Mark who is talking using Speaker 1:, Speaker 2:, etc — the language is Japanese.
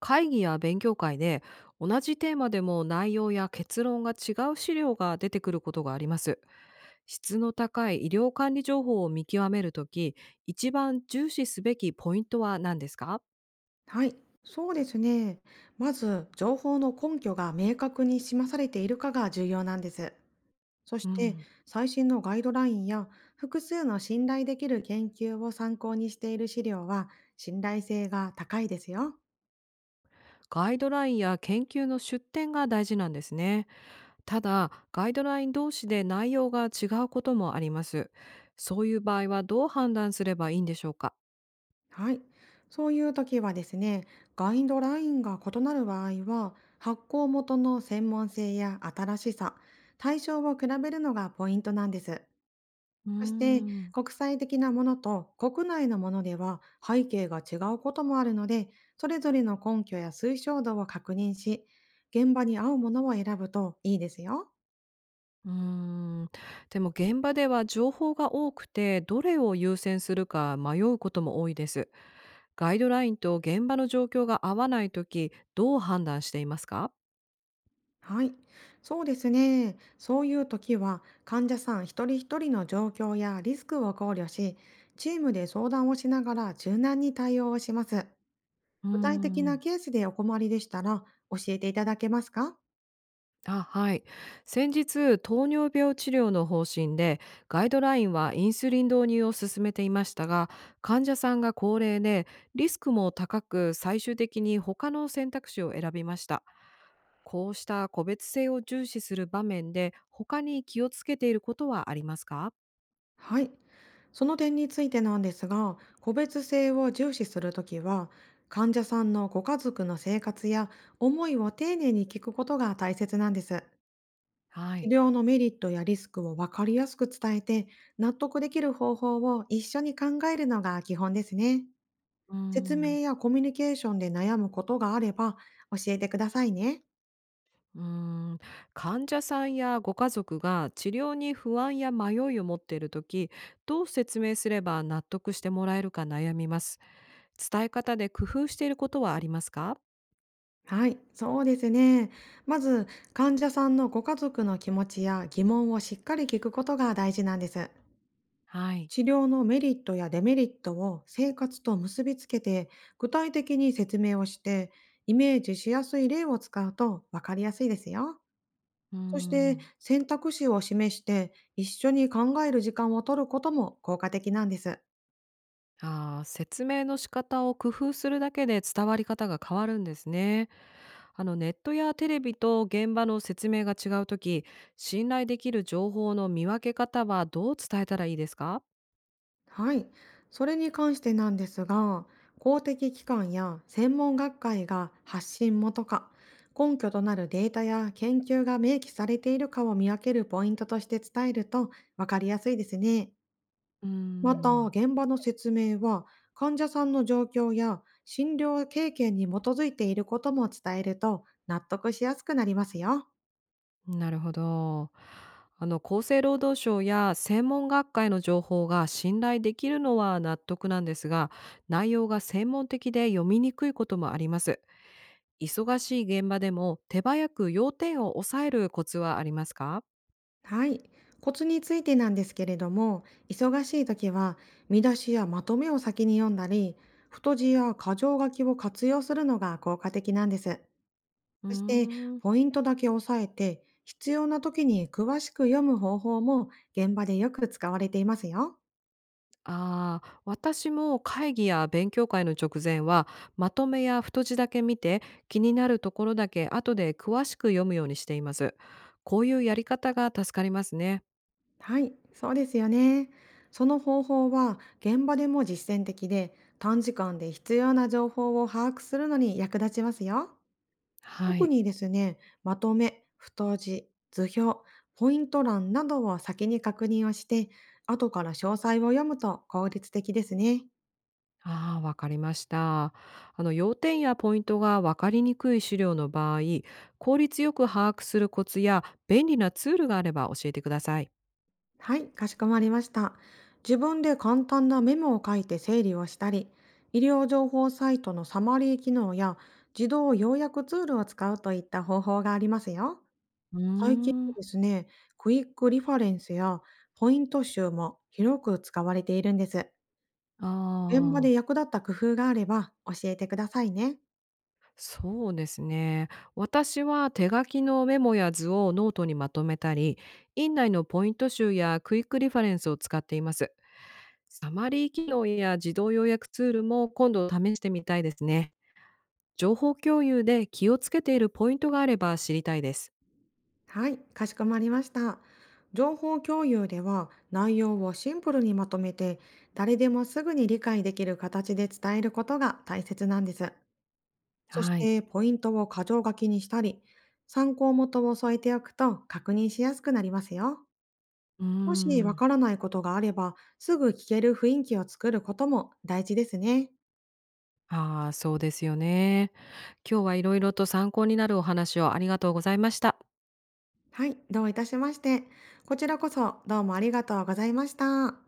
Speaker 1: 会議や勉強会で同じテーマでも内容や結論が違う資料が出てくることがあります。質の高い医療管理情報を見極めるとき、一番重視すべきポイントは何ですか？
Speaker 2: はい、そうですね。まず、情報の根拠が明確に示されているかが重要なんです。そし
Speaker 1: う
Speaker 2: て、
Speaker 1: ん、
Speaker 2: 最新のガイドラインや複数の信頼できる研究を参考にしている資料は信頼性が高いですよ。
Speaker 1: ガイドラインや研究の出典が大事なんですね。ただ、ガイドライン同士で内容が違うこともあります。そういう場合はどう判断すればいいんでしょうか？
Speaker 2: はい。そういう時はですね、ガイドラインが異なる場合は、発行元の専門性や新しさ、対象を比べるのがポイントなんです。
Speaker 1: うー
Speaker 2: そして、
Speaker 1: ん。
Speaker 2: 国際的なものと国内のものでは背景が違うこともあるので、それぞれの根拠や推奨度を確認し、現場に合うものを選ぶといいですよ。
Speaker 1: うーん、でも現場では情報が多くて、どれを優先するか迷うことも多いです。ガイドラインと現場の状況が合わないとき、どう判断していますか？
Speaker 2: はい。そうですね。そういう時は、患者さん一人一人の状況やリスクを考慮し、チームで相談をしながら柔軟に対応をします。
Speaker 1: うー
Speaker 2: 具体的な
Speaker 1: ん。
Speaker 2: ケースでお困りでしたら教えていただけますか？
Speaker 1: あ、はい。先日、糖尿病治療の方針で、ガイドラインはインスリン導入を進めていましたが、患者さんが高齢で、リスクも高く、最終的に他の選択肢を選びました。こうした個別性を重視する場面で、他に気をつけていることはありますか？
Speaker 2: はい。その点についてなんですが、個別性を重視するときは、患者さんのご家族の生活や思いを丁寧に聞くことが大切なんです。
Speaker 1: は
Speaker 2: 治
Speaker 1: い。
Speaker 2: 療のメリットやリスクを分かりやすく伝えて、納得できる方法を一緒に考えるのが基本ですね。
Speaker 1: うー
Speaker 2: 説
Speaker 1: ん。
Speaker 2: 明やコミュニケーションで悩むことがあれば教えてくださいね。
Speaker 1: うーん。患者さんやご家族が治療に不安や迷いを持っている時、どう説明すれば納得してもらえるか悩みます。伝え方で工夫していることはありますか？
Speaker 2: はい、そうですね。まず、患者さんのご家族の気持ちや疑問をしっかり聞くことが大事なんです。
Speaker 1: はい。
Speaker 2: 治療のメリットやデメリットを生活と結びつけて具体的に説明をして、イメージしやすい例を使うと分かりやすいですよ。
Speaker 1: うー
Speaker 2: そして
Speaker 1: ん。
Speaker 2: 選択肢を示して一緒に考える時間を取ることも効果的なんです。
Speaker 1: あー、説明の仕方を工夫するだけで伝わり方が変わるんですね。ネットやテレビと現場の説明が違う時、信頼できる情報の見分け方はどう伝えたらいいですか？
Speaker 2: はい。それに関してなんですが、公的機関や専門学会が発信元か、根拠となるデータや研究が明記されているかを見分けるポイントとして伝えると分かりやすいですね。
Speaker 1: うー
Speaker 2: また、
Speaker 1: ん。
Speaker 2: 現場の説明は、患者さんの状況や診療経験に基づいていることも伝えると納得しやすくなりますよ。
Speaker 1: なるほど。厚生労働省や専門学会の情報が信頼できるのは納得なんですが、内容が専門的で読みにくいこともあります。忙しい現場でも手早く要点を抑えるコツはありますか？
Speaker 2: はい。コツについてなんですけれども、忙しい時は見出しやまとめを先に読んだり、太字や箇条書きを活用するのが効果的なんです。
Speaker 1: うー
Speaker 2: そして、
Speaker 1: ん。
Speaker 2: ポイントだけ押さえて、必要な時に詳しく読む方法も現場でよく使われていますよ。
Speaker 1: あー、私も会議や勉強会の直前はまとめや太字だけ見て、気になるところだけ後で詳しく読むようにしています。こういうやり方が助かりますね。
Speaker 2: はい、そうですよね。その方法は現場でも実践的で、短時間で必要な情報を把握するのに役立ちますよ。
Speaker 1: は
Speaker 2: 特
Speaker 1: い。
Speaker 2: にですね、まとめ、太字、図表、ポイント欄などを先に確認をして、後から詳細を読むと効率的ですね。
Speaker 1: ああ、わかりました。要点やポイントがわかりにくい資料の場合、効率よく把握するコツや便利なツールがあれば教えてください。
Speaker 2: はい、かしこまりました。自分で簡単なメモを書いて整理をしたり、医療情報サイトのサマリー機能や自動要約ツールを使うといった方法がありますよ。
Speaker 1: うー
Speaker 2: 最近は
Speaker 1: ん、
Speaker 2: ですね、クイックリファレンスやポイント集も広く使われているんです。現場
Speaker 1: あ
Speaker 2: で
Speaker 1: あ、
Speaker 2: 役立った工夫があれば教えてくださいね。
Speaker 1: そうですね。私は手書きのメモや図をノートにまとめたり、院内のポイント集やクイックリファレンスを使っています。サマリー機能や自動要約ツールも今度試してみたいですね。情報共有で気をつけているポイントがあれば知りたいです。
Speaker 2: はい、かしこまりました。情報共有では内容をシンプルにまとめて、誰でもすぐに理解できる形で伝えることが大切なんです。そし
Speaker 1: はい。
Speaker 2: てポイントを箇条書きにしたり、参考元を添えておくと確認しやすくなりますよ。
Speaker 1: うー
Speaker 2: もしわ
Speaker 1: ん。
Speaker 2: からないことがあればすぐ聞ける雰囲気を作ることも大事ですね。
Speaker 1: ああ、そうですよね。今日は色々と参考になるお話をありがとうございました。
Speaker 2: はい、どういたしまして。こちらこそどうもありがとうございました。